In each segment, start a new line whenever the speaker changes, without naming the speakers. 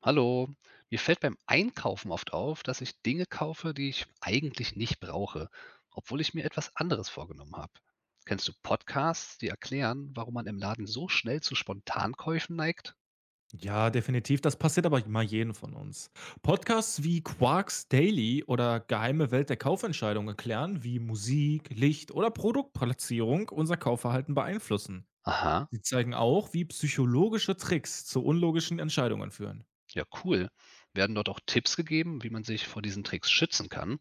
Hallo, mir fällt beim Einkaufen oft auf, dass ich Dinge kaufe, die ich eigentlich nicht brauche, obwohl ich mir etwas anderes vorgenommen habe. Kennst du Podcasts, die erklären, warum man im Laden so schnell zu Spontankäufen neigt?
Ja, definitiv. Das passiert aber mal jedem von uns. Podcasts wie Quarks Daily oder Geheime Welt der Kaufentscheidung erklären, wie Musik, Licht oder Produktplatzierung unser Kaufverhalten beeinflussen.
Aha,
Sie zeigen auch, wie psychologische Tricks zu unlogischen Entscheidungen führen.
ja cool. Werden dort auch Tipps gegeben, wie man sich vor diesen Tricks schützen kann?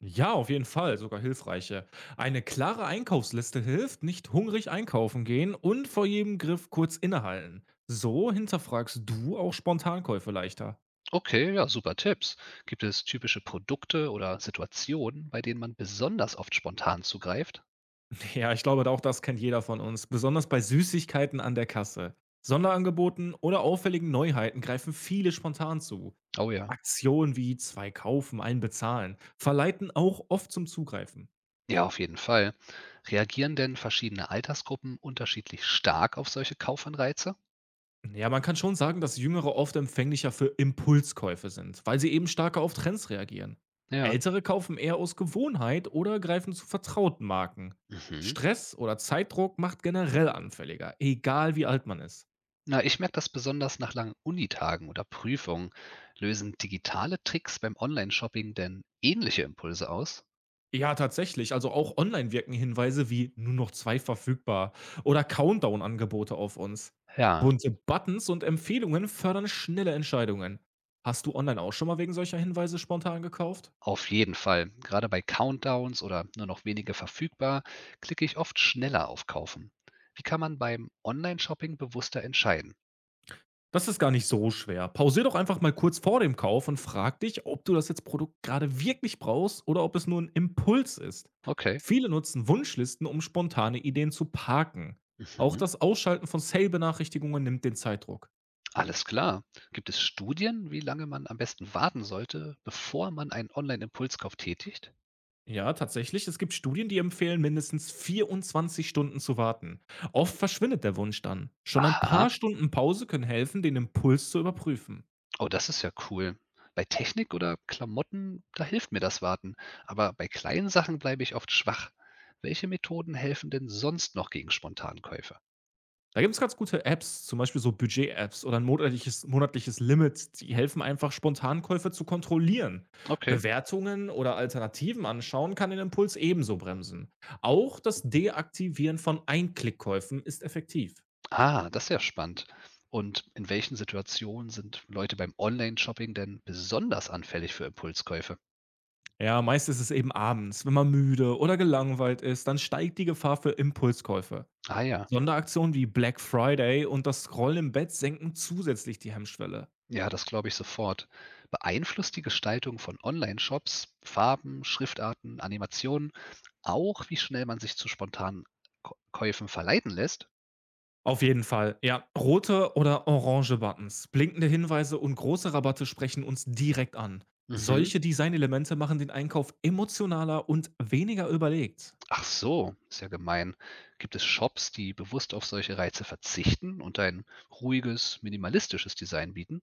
Ja, auf jeden Fall, sogar hilfreiche. Eine klare Einkaufsliste hilft, nicht hungrig einkaufen gehen und vor jedem Griff kurz innehalten. So hinterfragst du auch Spontankäufe leichter.
Okay, ja, super Tipps. Gibt es typische Produkte oder Situationen, bei denen man besonders oft spontan zugreift?
Ja, ich glaube, auch das kennt jeder von uns, besonders bei Süßigkeiten an der Kasse. Sonderangeboten oder auffälligen Neuheiten greifen viele spontan zu.
Oh ja.
Aktionen wie zwei kaufen, einen bezahlen verleiten auch oft zum Zugreifen.
Ja, auf jeden Fall. Reagieren denn verschiedene Altersgruppen unterschiedlich stark auf solche Kaufanreize?
Ja, man kann schon sagen, dass Jüngere oft empfänglicher für Impulskäufe sind, weil sie eben stärker auf Trends reagieren.
Ja.
Ältere kaufen eher aus Gewohnheit oder greifen zu vertrauten Marken.
Mhm.
Stress oder Zeitdruck macht generell anfälliger, egal wie alt man ist.
Na, ich merke das besonders nach langen Unitagen oder Prüfungen. Lösen digitale Tricks beim Online-Shopping denn ähnliche Impulse aus?
Ja, tatsächlich. Also auch online wirken Hinweise wie nur noch 2 verfügbar oder Countdown-Angebote auf uns.
Ja,
Bunte Buttons und Empfehlungen fördern schnelle Entscheidungen. Hast du online auch schon mal wegen solcher Hinweise spontan gekauft?
auf jeden Fall. Gerade bei Countdowns oder nur noch wenige verfügbar, klicke ich oft schneller auf Kaufen. Wie kann man beim Online-Shopping bewusster entscheiden?
Das ist gar nicht so schwer. Pausier doch einfach mal kurz vor dem Kauf und frag dich, ob du das jetzt Produkt gerade wirklich brauchst oder ob es nur ein Impuls ist.
Okay.
Viele nutzen Wunschlisten, um spontane Ideen zu parken. Auch
Mhm.
das Ausschalten von Sale-Benachrichtigungen nimmt den Zeitdruck.
Alles klar. Gibt es Studien, wie lange man am besten warten sollte, bevor man einen Online-Impulskauf tätigt?
Ja, tatsächlich. Es gibt Studien, die empfehlen, mindestens 24 Stunden zu warten. Oft verschwindet der Wunsch dann. Schon ein
Aha.
paar Stunden Pause können helfen, den Impuls zu überprüfen.
Oh, das ist ja cool. Bei Technik oder Klamotten, da hilft mir das Warten. Aber bei kleinen Sachen bleibe ich oft schwach. Welche Methoden helfen denn sonst noch gegen Spontankäufe?
Da gibt es ganz gute Apps, zum Beispiel so Budget-Apps oder ein monatliches Limit, die helfen einfach, Spontankäufe zu kontrollieren.
Okay.
Bewertungen oder Alternativen anschauen kann den Impuls ebenso bremsen. Auch das Deaktivieren von Einklickkäufen ist effektiv.
Ah, das ist ja spannend. Und in welchen Situationen sind Leute beim Online-Shopping denn besonders anfällig für Impulskäufe?
Ja, meist ist es eben abends, wenn man müde oder gelangweilt ist, dann steigt die Gefahr für Impulskäufe.
Ah ja.
Sonderaktionen wie Black Friday und das Scrollen im Bett senken zusätzlich die Hemmschwelle.
Ja, das glaube ich sofort. Beeinflusst die Gestaltung von Online-Shops, Farben, Schriftarten, Animationen, auch wie schnell man sich zu spontanen Käufen verleiten lässt?
Auf jeden Fall, ja. Rote oder orange Buttons, blinkende Hinweise und große Rabatte sprechen uns direkt an.
Mhm.
Solche Designelemente machen den Einkauf emotionaler und weniger überlegt.
Ach so, ist ja gemein. Gibt es Shops, die bewusst auf solche Reize verzichten und ein ruhiges, minimalistisches Design bieten?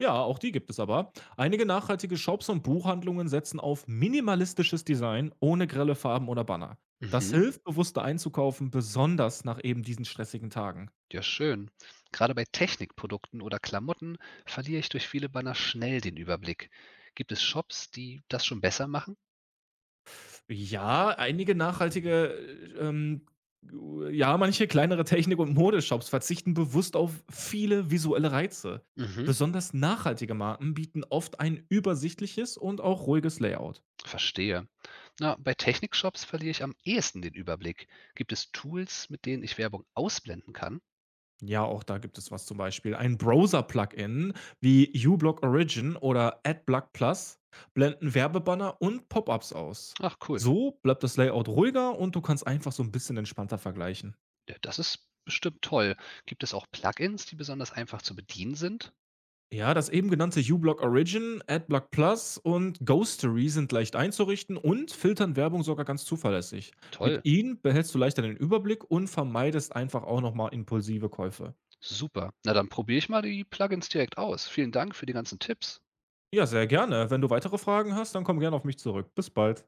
Ja, auch die gibt es aber. Einige nachhaltige Shops und Buchhandlungen setzen auf minimalistisches Design ohne grelle Farben oder Banner. Das
Mhm.
hilft, bewusster einzukaufen, besonders nach eben diesen stressigen Tagen.
Ja, schön. Gerade bei Technikprodukten oder Klamotten verliere ich durch viele Banner schnell den Überblick. Gibt es Shops, die das schon besser machen?
Ja, einige ja, manche kleinere Technik- und Modeshops verzichten bewusst auf viele visuelle Reize.
Mhm.
Besonders nachhaltige Marken bieten oft ein übersichtliches und auch ruhiges Layout.
Verstehe. Na, bei Technikshops verliere ich am ehesten den Überblick. Gibt es Tools, mit denen ich Werbung ausblenden kann?
Ja, auch da gibt es was zum Beispiel. Ein Browser-Plugin wie uBlock Origin oder AdBlock Plus blenden Werbebanner und Pop-ups aus.
Ach cool,
So bleibt das Layout ruhiger und du kannst einfach so ein bisschen entspannter vergleichen.
ja, das ist bestimmt toll. Gibt es auch Plugins, die besonders einfach zu bedienen sind?
Ja, das eben genannte uBlock Origin, AdBlock Plus und Ghostery sind leicht einzurichten und filtern Werbung sogar ganz zuverlässig. Mit
Toll,
ihnen behältst du leichter den Überblick und vermeidest einfach auch nochmal impulsive Käufe.
super. Na dann probiere ich mal die Plugins direkt aus. Vielen Dank für die ganzen Tipps.
Ja, sehr gerne. Wenn du weitere Fragen hast, dann komm gerne auf mich zurück. Bis bald.